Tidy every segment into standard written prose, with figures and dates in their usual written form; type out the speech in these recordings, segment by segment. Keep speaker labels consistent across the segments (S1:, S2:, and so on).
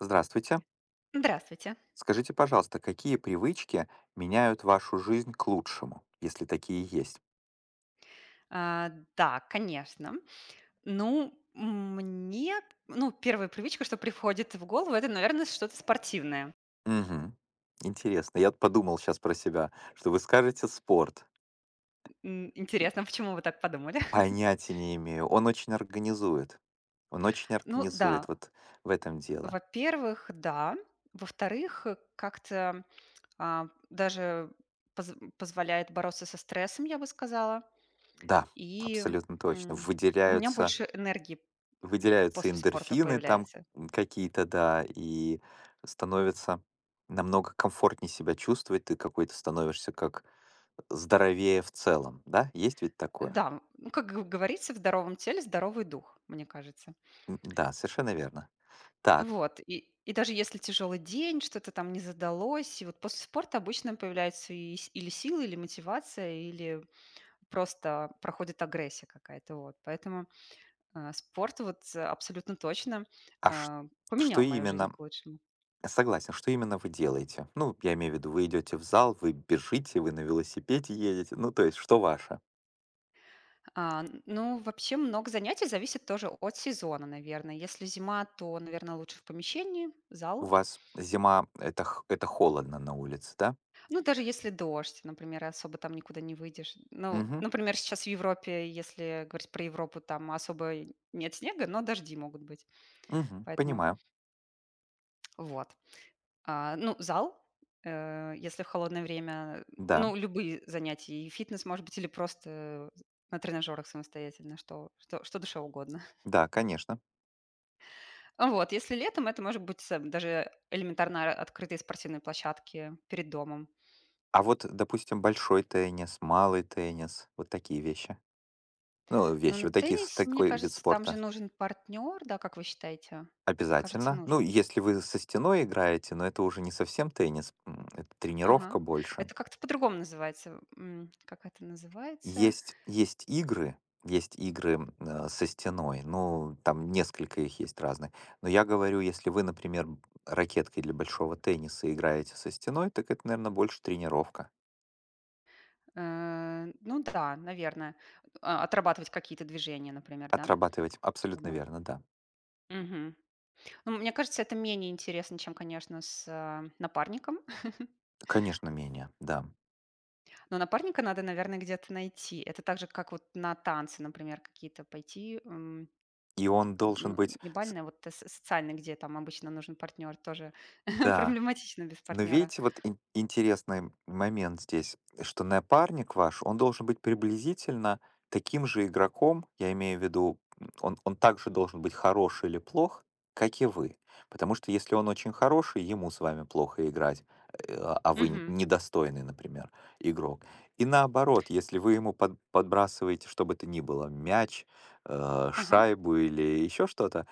S1: Здравствуйте.
S2: Здравствуйте.
S1: Скажите, пожалуйста, какие привычки меняют вашу жизнь к лучшему, если такие есть?
S2: А, да, конечно. Ну, мне, ну, первая привычка, что приходит в голову, это, наверное, что-то спортивное.
S1: Мгм. Интересно. Я вот подумал сейчас про себя, что вы скажете спорт.
S2: Интересно, почему вы так подумали?
S1: Понятия не имею. Он очень организует. Он очень
S2: Ну, да,
S1: организует. Вот в этом дело.
S2: во-первых, да. Во-вторых, как-то даже позволяет бороться со стрессом, я бы сказала.
S1: Да,
S2: И
S1: абсолютно точно.
S2: м, у меня
S1: Выделяются,
S2: больше энергии
S1: выделяются
S2: после спорта
S1: эндорфины там
S2: появляется.
S1: какие-то, да, и становится намного комфортнее себя чувствовать. Ты какой-то становишься как здоровее в целом, да? Есть ведь такое?
S2: Да, ну, как говорится, в здоровом теле здоровый дух, мне кажется.
S1: М, да, совершенно верно. Так,
S2: Вот, и даже если тяжелый день, что-то там не задалось, и вот после спорта обычно появляются и или силы, или мотивация, или просто проходит агрессия какая-то, вот. Поэтому спорт вот абсолютно точно
S1: а ш что
S2: поменял мою жизнь
S1: именно
S2: к лучшему.
S1: согласен, что именно вы делаете? Ну, я имею в виду, вы идете в зал, вы бежите, вы на велосипеде едете. Ну, то есть, что ваше?
S2: Ну, вообще много занятий зависит тоже от сезона, наверное. Если зима, то, наверное, лучше в помещении,
S1: У
S2: зал.
S1: вас зима- это холодно на улице, да?
S2: Ну, даже если дождь, например, и особо там никуда не выйдешь. Ну,
S1: Мгм,
S2: например, сейчас в Европе, если говорить про Европу, там особо и нет снега, но дожди могут быть.
S1: мгм,
S2: Поэтому
S1: понимаю.
S2: вот. Ну, зал, если в холодное время,
S1: Да,
S2: ну, любые занятия, и фитнес, может быть, или просто на тренажерах самостоятельно, что, что, что душе угодно.
S1: да, конечно.
S2: Вот, если летом, это может быть даже элементарно открытые спортивные площадки перед домом.
S1: А вот, допустим, большой теннис, малый теннис, вот такие вещи. Ну,
S2: Но
S1: вещи,
S2: на
S1: вот такие с
S2: теннисе, мне
S1: такой вид
S2: кажется, там же
S1: спорта.
S2: нужен партнер, да, как вы считаете? Кажется,
S1: Обязательно. Ну,
S2: нужен.
S1: если вы со стеной играете, но это уже не совсем теннис, это
S2: Ага.
S1: тренировка больше.
S2: Это как-то по-другому называется. Как это называется?
S1: Есть, есть игры, есть игры, со стеной, ну, там несколько их есть разных. Но я говорю, если вы, например, б- ракеткой для большого тенниса играете со стеной, так это, наверное, больше тренировка.
S2: Ну да, наверное. Отрабатывать какие-то движения, например, да?
S1: Отрабатывать абсолютно
S2: Чтобы...
S1: верно, да.
S2: Мгм. Ну, мне кажется, это менее интересно, чем, конечно, с напарником.
S1: Конечно, менее, да.
S2: Но напарника надо, наверное, где-то найти. Это так же, как вот на танцы, например, какие-то пойти.
S1: И он должен
S2: Ну,
S1: быть,
S2: не
S1: с-
S2: бальная, вот социальная, где там обычно нужен партнер, тоже
S1: да.
S2: проблематично без
S1: Но
S2: партнера.
S1: видите, вот интересный момент здесь, что напарник ваш, он должен быть приблизительно таким же игроком, я имею в виду, он также должен быть хороший или плох, как и вы. Потому что если он очень хороший, ему с вами плохо играть, а вы н-
S2: Мгм.
S1: недостойный, например, игрок. И наоборот, если вы ему подбрасываете, что бы то ни было, мяч,
S2: Ага.
S1: шайбу или еще что-то,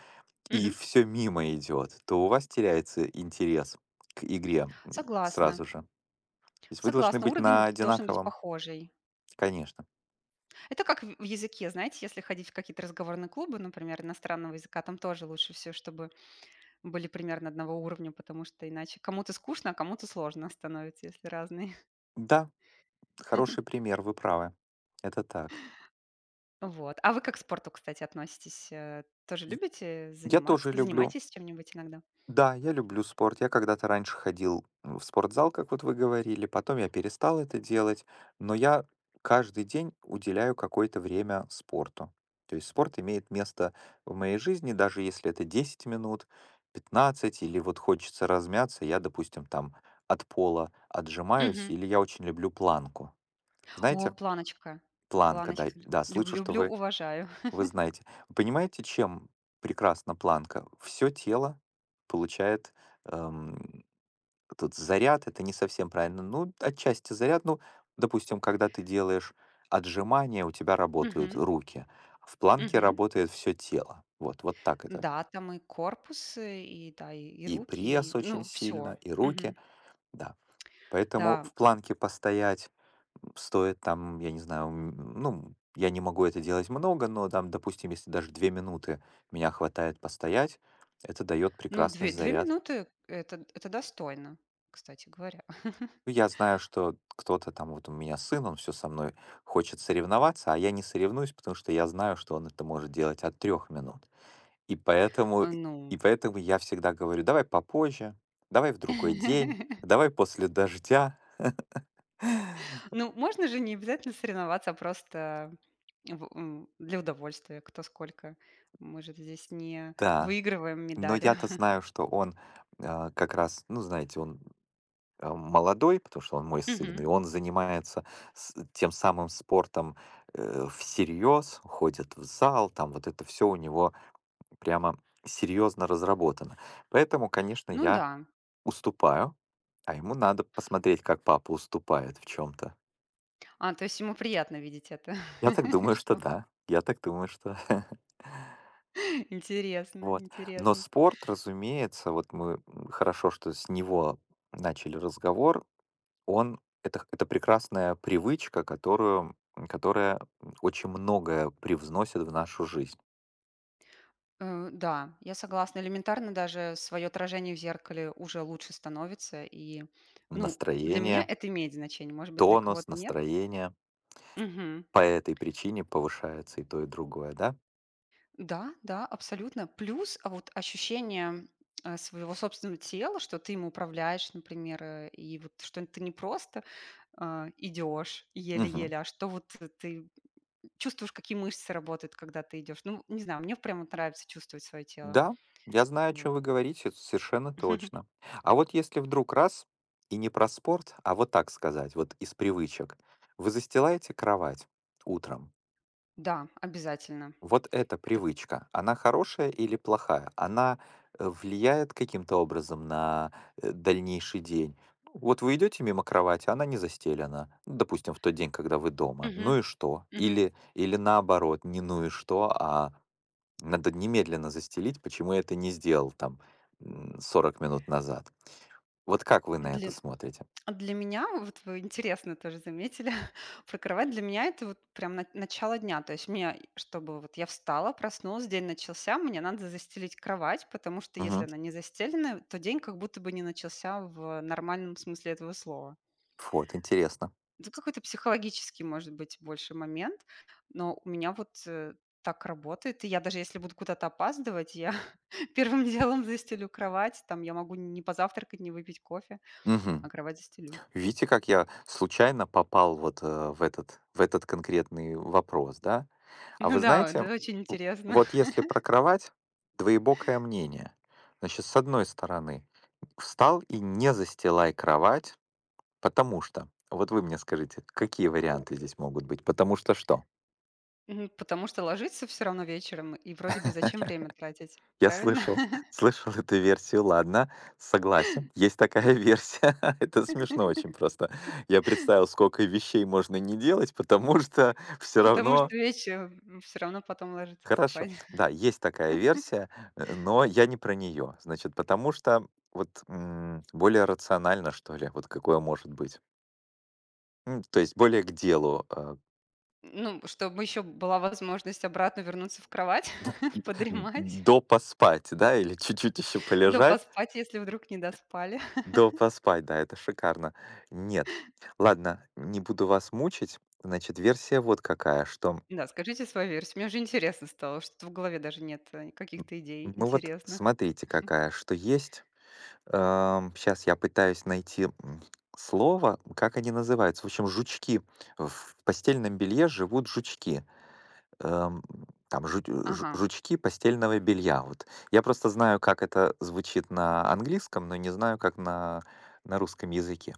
S1: и
S2: Мгм.
S1: все мимо идет, то у вас теряется интерес к игре,
S2: Согласна.
S1: сразу же. То есть вы должны
S2: Согласна,
S1: быть
S2: уровень
S1: на
S2: должен быть
S1: одинаковом,
S2: похожий.
S1: конечно.
S2: Это как в языке, знаете, если ходить в какие-то разговорные клубы, например, иностранного языка, там тоже лучше все, чтобы были примерно одного уровня, потому что иначе кому-то скучно, а кому-то сложно становится, если разные.
S1: Да, хороший пример, вы правы. Это так.
S2: Вот. А вы как к спорту, кстати, относитесь? Тоже
S1: И
S2: любите
S1: я тоже
S2: заниматься?
S1: люблю
S2: Занимаетесь чем-нибудь иногда?
S1: Да, я люблю спорт. Я когда-то раньше ходил в спортзал, как вот вы говорили, потом я перестал это делать, но я каждый день уделяю какое-то время спорту. То есть спорт имеет место в моей жизни, даже если это 10 минут, 15, или вот хочется размяться, я, допустим, там от пола отжимаюсь, или я очень люблю планку.
S2: О,
S1: Знаете,
S2: планочка.
S1: планка, да,
S2: Планочка.
S1: да,
S2: Лю люб
S1: слышу, что
S2: люблю,
S1: вы
S2: уважаю.
S1: вы знаете. Вы понимаете, чем прекрасна планка? Все тело получает, эм, тут заряд, это не совсем правильно. Ну, отчасти заряд. Ну, допустим, когда ты делаешь отжимания, у тебя работают
S2: Мгм,
S1: руки. В планке
S2: мгм.
S1: работает все тело. Вот, вот так это.
S2: Да, там и корпус, и да, и
S1: И
S2: руки,
S1: пресс
S2: и,
S1: очень
S2: ну, все.
S1: сильно, и руки. Да. Поэтому
S2: Да,
S1: в планке постоять стоит там, я не знаю, ну, я не могу это делать много, но там, допустим, если даже 2 минуты меня хватает постоять, это дает
S2: ну,
S1: прекрасный
S2: две 2
S1: заряд.
S2: минуты- это достойно, кстати говоря.
S1: Ну, я знаю, что кто-то там, вот у меня сын, он все со мной хочет соревноваться, а я не соревнуюсь, потому что я знаю, что он это может делать от 3 минут. И поэтому,
S2: Ну
S1: я всегда говорю, давай попозже, давай в другой день, давай после дождя.
S2: ну, можно же не обязательно соревноваться, а просто для удовольствия, кто сколько. Мы же здесь не
S1: Да,
S2: выигрываем
S1: но
S2: медали.
S1: я-то знаю, что он как раз, ну, знаете, он молодой, потому что он мой сын,
S2: Мгм.
S1: и он занимается с- тем самым спортом всерьез, ходит в зал, там вот это все у него прямо серьезно разработано. Поэтому, конечно,
S2: Ну
S1: я
S2: да.
S1: уступаю, а ему надо посмотреть, как папа уступает в чем-то.
S2: То есть ему приятно видеть это,
S1: Я так думаю, что
S2: что
S1: да. Я так думаю, что
S2: Интересно,
S1: вот. Но
S2: интересно.
S1: спорт, разумеется, вот мы хорошо, что с него начали разговор. Он это х прекрасная привычка, которая, очень многое привносит в нашу жизнь.
S2: Да, я согласна. Элементарно даже свое отражение в зеркале уже лучше становится. И, ну, для меня
S1: Настроение,
S2: это имеет значение, может быть, для
S1: тонус
S2: кого-то нет.
S1: настроение
S2: Мгм.
S1: по этой причине повышается и то, и другое, да?
S2: Да, да, абсолютно. Плюс, а вот ощущение своего собственного тела, что ты им управляешь, например, и вот что ты не просто идешь
S1: Мгм.
S2: еле-еле, а что вот ты чувствуешь, какие мышцы работают, когда ты идешь. Ну, не знаю, мне прямо нравится чувствовать свое тело.
S1: Да, я знаю, о
S2: Вот.
S1: чем вы говорите, это совершенно точно. А вот если вдруг раз и не про спорт, а вот так сказать, вот из привычек. Вы застилаете кровать утром.
S2: Да, обязательно.
S1: Вот эта
S2: Это
S1: привычка, она хорошая или плохая? Она влияет каким-то образом на дальнейший день? Ну, вот вы идете мимо кровати, она не застелена, ну, допустим, в тот день, когда вы дома.
S2: Мгм,
S1: Ну и что?
S2: мгм.
S1: Или наоборот, не ну и что, а надо немедленно застелить, почему я это не сделал там 40 минут назад. Вот как вы на это
S2: Для
S1: смотрите?
S2: для меня, вот вы интересно тоже заметили, про кровать, для меня это вот прям начало дня. То есть мне, чтобы вот я встала, проснулась, день начался, мне надо застелить кровать, потому что
S1: Мгм.
S2: если она не застелена, то день как будто бы не начался в нормальном смысле этого слова.
S1: Вот, интересно.
S2: Это какой-то психологический, может быть, больше момент, но у меня вот, так работает. И я даже если буду куда-то опаздывать, я первым делом застелю кровать. Там я могу не позавтракать, не выпить кофе, а
S1: Мгм.
S2: кровать застелю.
S1: Видите, как я случайно попал вот, в этот конкретный вопрос, да? А
S2: Ну
S1: вы
S2: да,
S1: знаете,
S2: это очень
S1: в
S2: интересно.
S1: вот если про кровать, двоебокое мнение. Значит, с одной стороны, встал и не застилай кровать, потому что вот вы мне скажите, какие варианты здесь могут быть? Потому что что?
S2: Мгм. Потому что ложиться все равно вечером, и вроде бы зачем время тратить,
S1: Я
S2: правильно?
S1: слышал слышал эту версию, ладно, согласен. Есть такая версия. Это смешно очень просто. Я представил, сколько вещей можно не делать, потому что все
S2: Потому
S1: равно.
S2: что вечером все равно потом ложиться
S1: Хорошо.
S2: спать.
S1: Да, есть такая версия, но я не про нее. Значит, потому что вот, более рационально, что ли, вот какое может быть. То есть более к делу,
S2: Ну, чтобы еще была возможность обратно вернуться в кровать,
S1: д д
S2: подремать,
S1: допоспать, да, или чуть-чуть еще
S2: да
S1: полежать,
S2: поспать, если вдруг не доспали.
S1: до поспать, да, это шикарно. Нет. Ладно, не буду вас мучить. Значит, версия вот какая, что,
S2: Да, скажите свою версию. Мне уже интересно стало, что в голове даже нет каких-то идей
S1: ну вот
S2: интересных.
S1: смотрите какая, что есть. Сейчас я пытаюсь найти слово, как они называются. В общем, жучки. В постельном белье живут жучки. Эм, Там жу- жу-
S2: Ага.
S1: жучки постельного белья. Вот. Я просто знаю, как это звучит на английском, но не знаю, как на русском языке.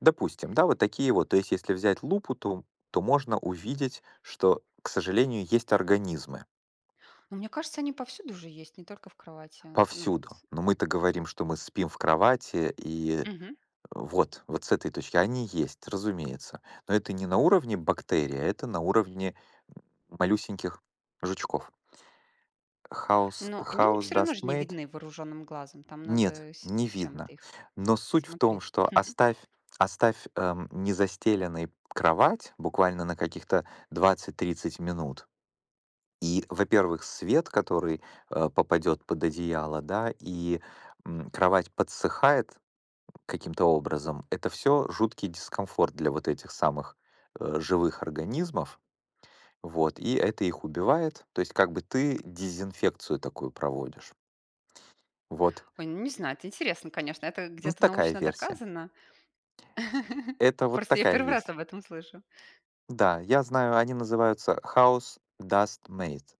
S1: Допустим, да, вот такие вот. То есть, если взять лупу, то можно увидеть, что, к сожалению, есть организмы
S2: Но мне кажется, они повсюду уже есть, не только в кровати. Ну
S1: повсюду.
S2: вот.
S1: Но мы-то говорим, что мы спим в кровати и
S2: Мгм.
S1: вот, вот с этой точки. Они есть, разумеется. Но это не на уровне бактерий, а это на уровне малюсеньких жучков. House,
S2: Но они
S1: house
S2: все равно
S1: dust
S2: же не
S1: made?
S2: видны вооруженным глазом. Там надо
S1: Нет, не
S2: с
S1: видно.
S2: чем-то их
S1: Но суть в том,
S2: смотреть.
S1: что оставь незастеленной кровать буквально на каких-то 20-30 минут. И, во-первых, свет, который попадет под одеяло, да, и кровать подсыхает, каким-то образом. Это все жуткий дискомфорт для вот этих самых, живых организмов. Вот, и это их убивает. То есть как бы ты дезинфекцию такую проводишь. Вот,
S2: Ой, ну не знаю, это интересно, конечно. Это
S1: ну,
S2: где-то
S1: такая
S2: научно
S1: версия.
S2: доказано?
S1: Это вот
S2: Просто я
S1: такая
S2: первый раз
S1: есть.
S2: об этом слышу.
S1: Да, я знаю, они называются House Dust Mite.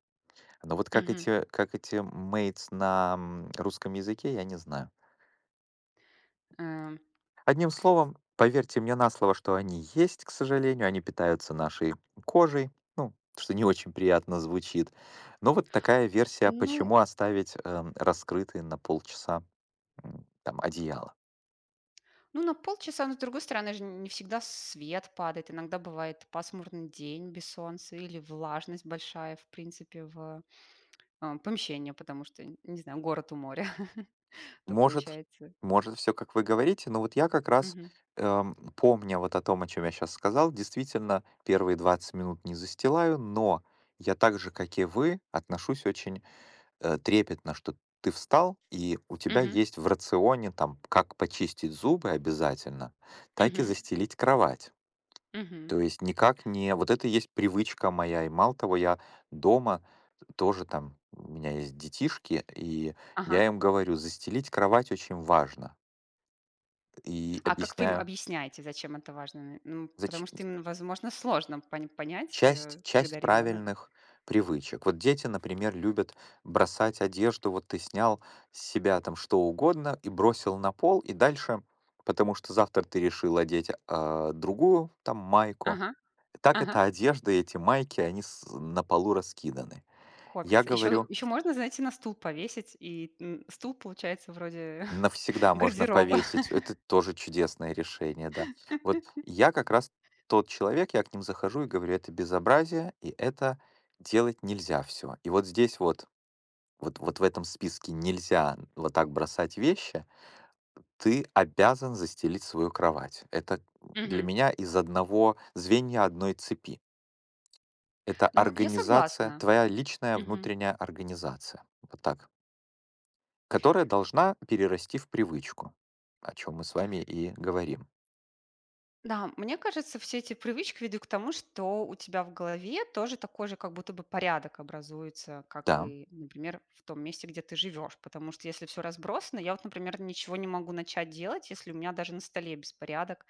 S1: Но вот как
S2: Мгм.
S1: эти как эти mates на, русском языке, я не знаю.
S2: Эм,
S1: Одним словом, поверьте мне на слово, что они есть, к сожалению, они питаются нашей кожей, ну, что не очень приятно звучит. Но вот такая версия,
S2: Ну,
S1: почему оставить раскрытые на полчаса там одеяло.
S2: Ну, на полчаса, но с другой стороны же не всегда свет падает. Иногда бывает пасмурный день без солнца или влажность большая, в принципе, в помещении, потому что, не знаю, город у моря, то
S1: Может,
S2: получается.
S1: может все, как вы говорите, но вот я как раз,
S2: Мгм.
S1: помня вот о том, о чем я сейчас сказал, действительно первые 20 минут не застилаю, но я так же, как и вы, отношусь очень трепетно, что ты встал, и у тебя
S2: Мгм.
S1: есть в рационе там как почистить зубы обязательно, так и
S2: Мгм.
S1: застелить кровать.
S2: Мгм.
S1: То есть никак не... Вот это и есть привычка моя, и мало того, я дома тоже там, у меня есть детишки, и
S2: Ага.
S1: я им говорю, застелить кровать очень важно. И
S2: А как вы им
S1: объясняю,
S2: объясняете, зачем это важно? Ну, потому
S1: зачем...
S2: что им, возможно, сложно понять,
S1: часть,
S2: когда
S1: часть
S2: ребенок.
S1: правильных привычек. Вот дети, например, любят бросать одежду, вот ты снял с себя там что угодно и бросил на пол, и дальше, потому что завтра ты решил одеть другую там майку.
S2: Ага,
S1: Так
S2: ага.
S1: эта одежда, эти майки, они с- на полу раскиданы. Я
S2: Копится. Еще,
S1: говорю,
S2: еще можно, знаете, на стул повесить, и стул получается вроде
S1: навсегда можно
S2: гардероба.
S1: повесить. Это тоже чудесное решение, да. Вот я как раз тот человек, я к ним захожу и говорю, это безобразие, и это делать нельзя все. И вот здесь вот, вот в этом списке нельзя вот так бросать вещи. Ты обязан застелить свою кровать. Это для
S2: Мгм.
S1: меня из одного звенья одной цепи. Это
S2: Ну, я
S1: организация,
S2: согласна.
S1: твоя личная
S2: Мгм.
S1: внутренняя организация. Вот так. Которая должна перерасти в привычку, о чем мы с вами и говорим.
S2: Да, мне кажется, все эти привычки ведут к тому, что у тебя в голове тоже такой же как будто бы порядок образуется, как
S1: Да,
S2: и, например, в том месте, где ты живешь. Потому что если все разбросано, я вот, например, ничего не могу начать делать, если у меня даже на столе беспорядок,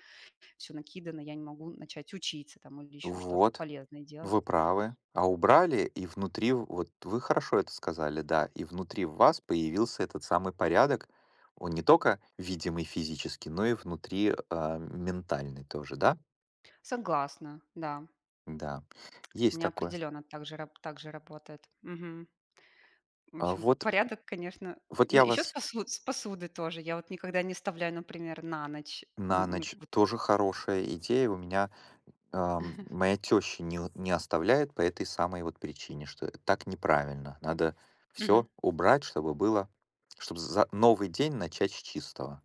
S2: все накидано, я не могу начать учиться там или еще что-то
S1: вот.
S2: полезное делать.
S1: Вы правы. А убрали, и внутри, вот вы хорошо это сказали, да, и внутри в вас появился этот самый порядок, он не только видимый физически, но и внутри ментальный тоже, да?
S2: Согласна, да.
S1: Да,
S2: У
S1: есть
S2: меня
S1: такое.
S2: определенно так же, так же работает. В
S1: А
S2: общем,
S1: вот,
S2: порядок, конечно. Ну,
S1: я
S2: еще с
S1: вас
S2: посудой тоже. Я вот никогда не оставляю, например, на ночь.
S1: на
S2: М, м,
S1: ночь,
S2: вот
S1: тоже хорошая идея, у меня моя теща не оставляет по этой самой вот причине, что так неправильно, надо
S2: Мгм.
S1: все убрать, чтобы было, чтобы за новый день начать с чистого.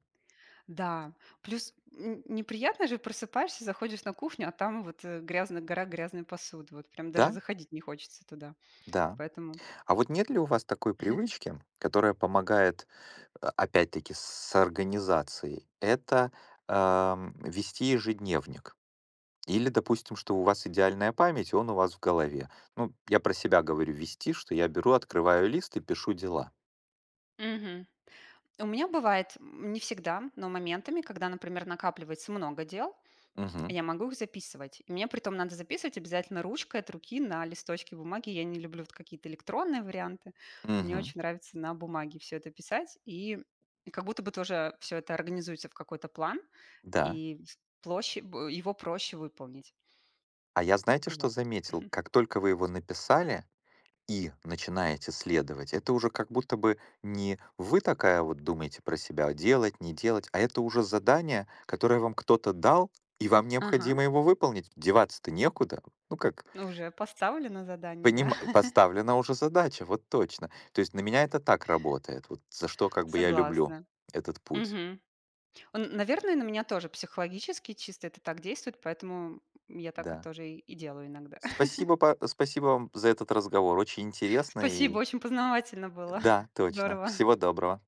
S2: Да, плюс н неприятно же, просыпаешься, заходишь на кухню, а там вот, э, грязная гора грязной посуды. Вот прям даже
S1: Да,
S2: заходить не хочется туда.
S1: да.
S2: Поэтому
S1: А вот нет ли у вас такой привычки, которая помогает, опять-таки, с организацией? Это вести ежедневник. Или, допустим, что у вас идеальная память, и он у вас в голове. Ну, я про себя говорю вести, что я беру, открываю лист и пишу дела.
S2: Мгм. У меня бывает, не всегда, но моментами, когда, например, накапливается много дел.
S1: Угу.
S2: Я могу их записывать. И мне притом надо записывать обязательно ручкой от руки на листочке бумаги. Я не люблю вот какие-то электронные варианты. Мне
S1: Угу.
S2: очень нравится на бумаге все это писать. И как будто бы тоже все это организуется в какой-то план,
S1: Да.
S2: и его проще выполнить.
S1: А я знаете, что
S2: Вот.
S1: заметил? Как только вы его написали и начинаете следовать, это уже как будто бы не вы такая вот думаете про себя, а делать, не делать, а это уже задание, которое вам кто-то дал, и вам
S2: Ага,
S1: необходимо его выполнить. Деваться-то некуда. Ну как,
S2: ну, уже поставлено задание, да?
S1: поним- поставлена уже задача, вот точно. То есть на меня это так работает, вот за что как бы я люблю
S2: Согласна.
S1: этот путь.
S2: Мгм. Он, наверное, на меня тоже психологически чисто это так действует, поэтому я так и
S1: Да.
S2: тоже и делаю иногда.
S1: Спасибо, спасибо вам за этот разговор, очень интересно
S2: Спасибо,
S1: и
S2: очень познавательно было.
S1: да, точно.
S2: Здорово.
S1: Всего доброго.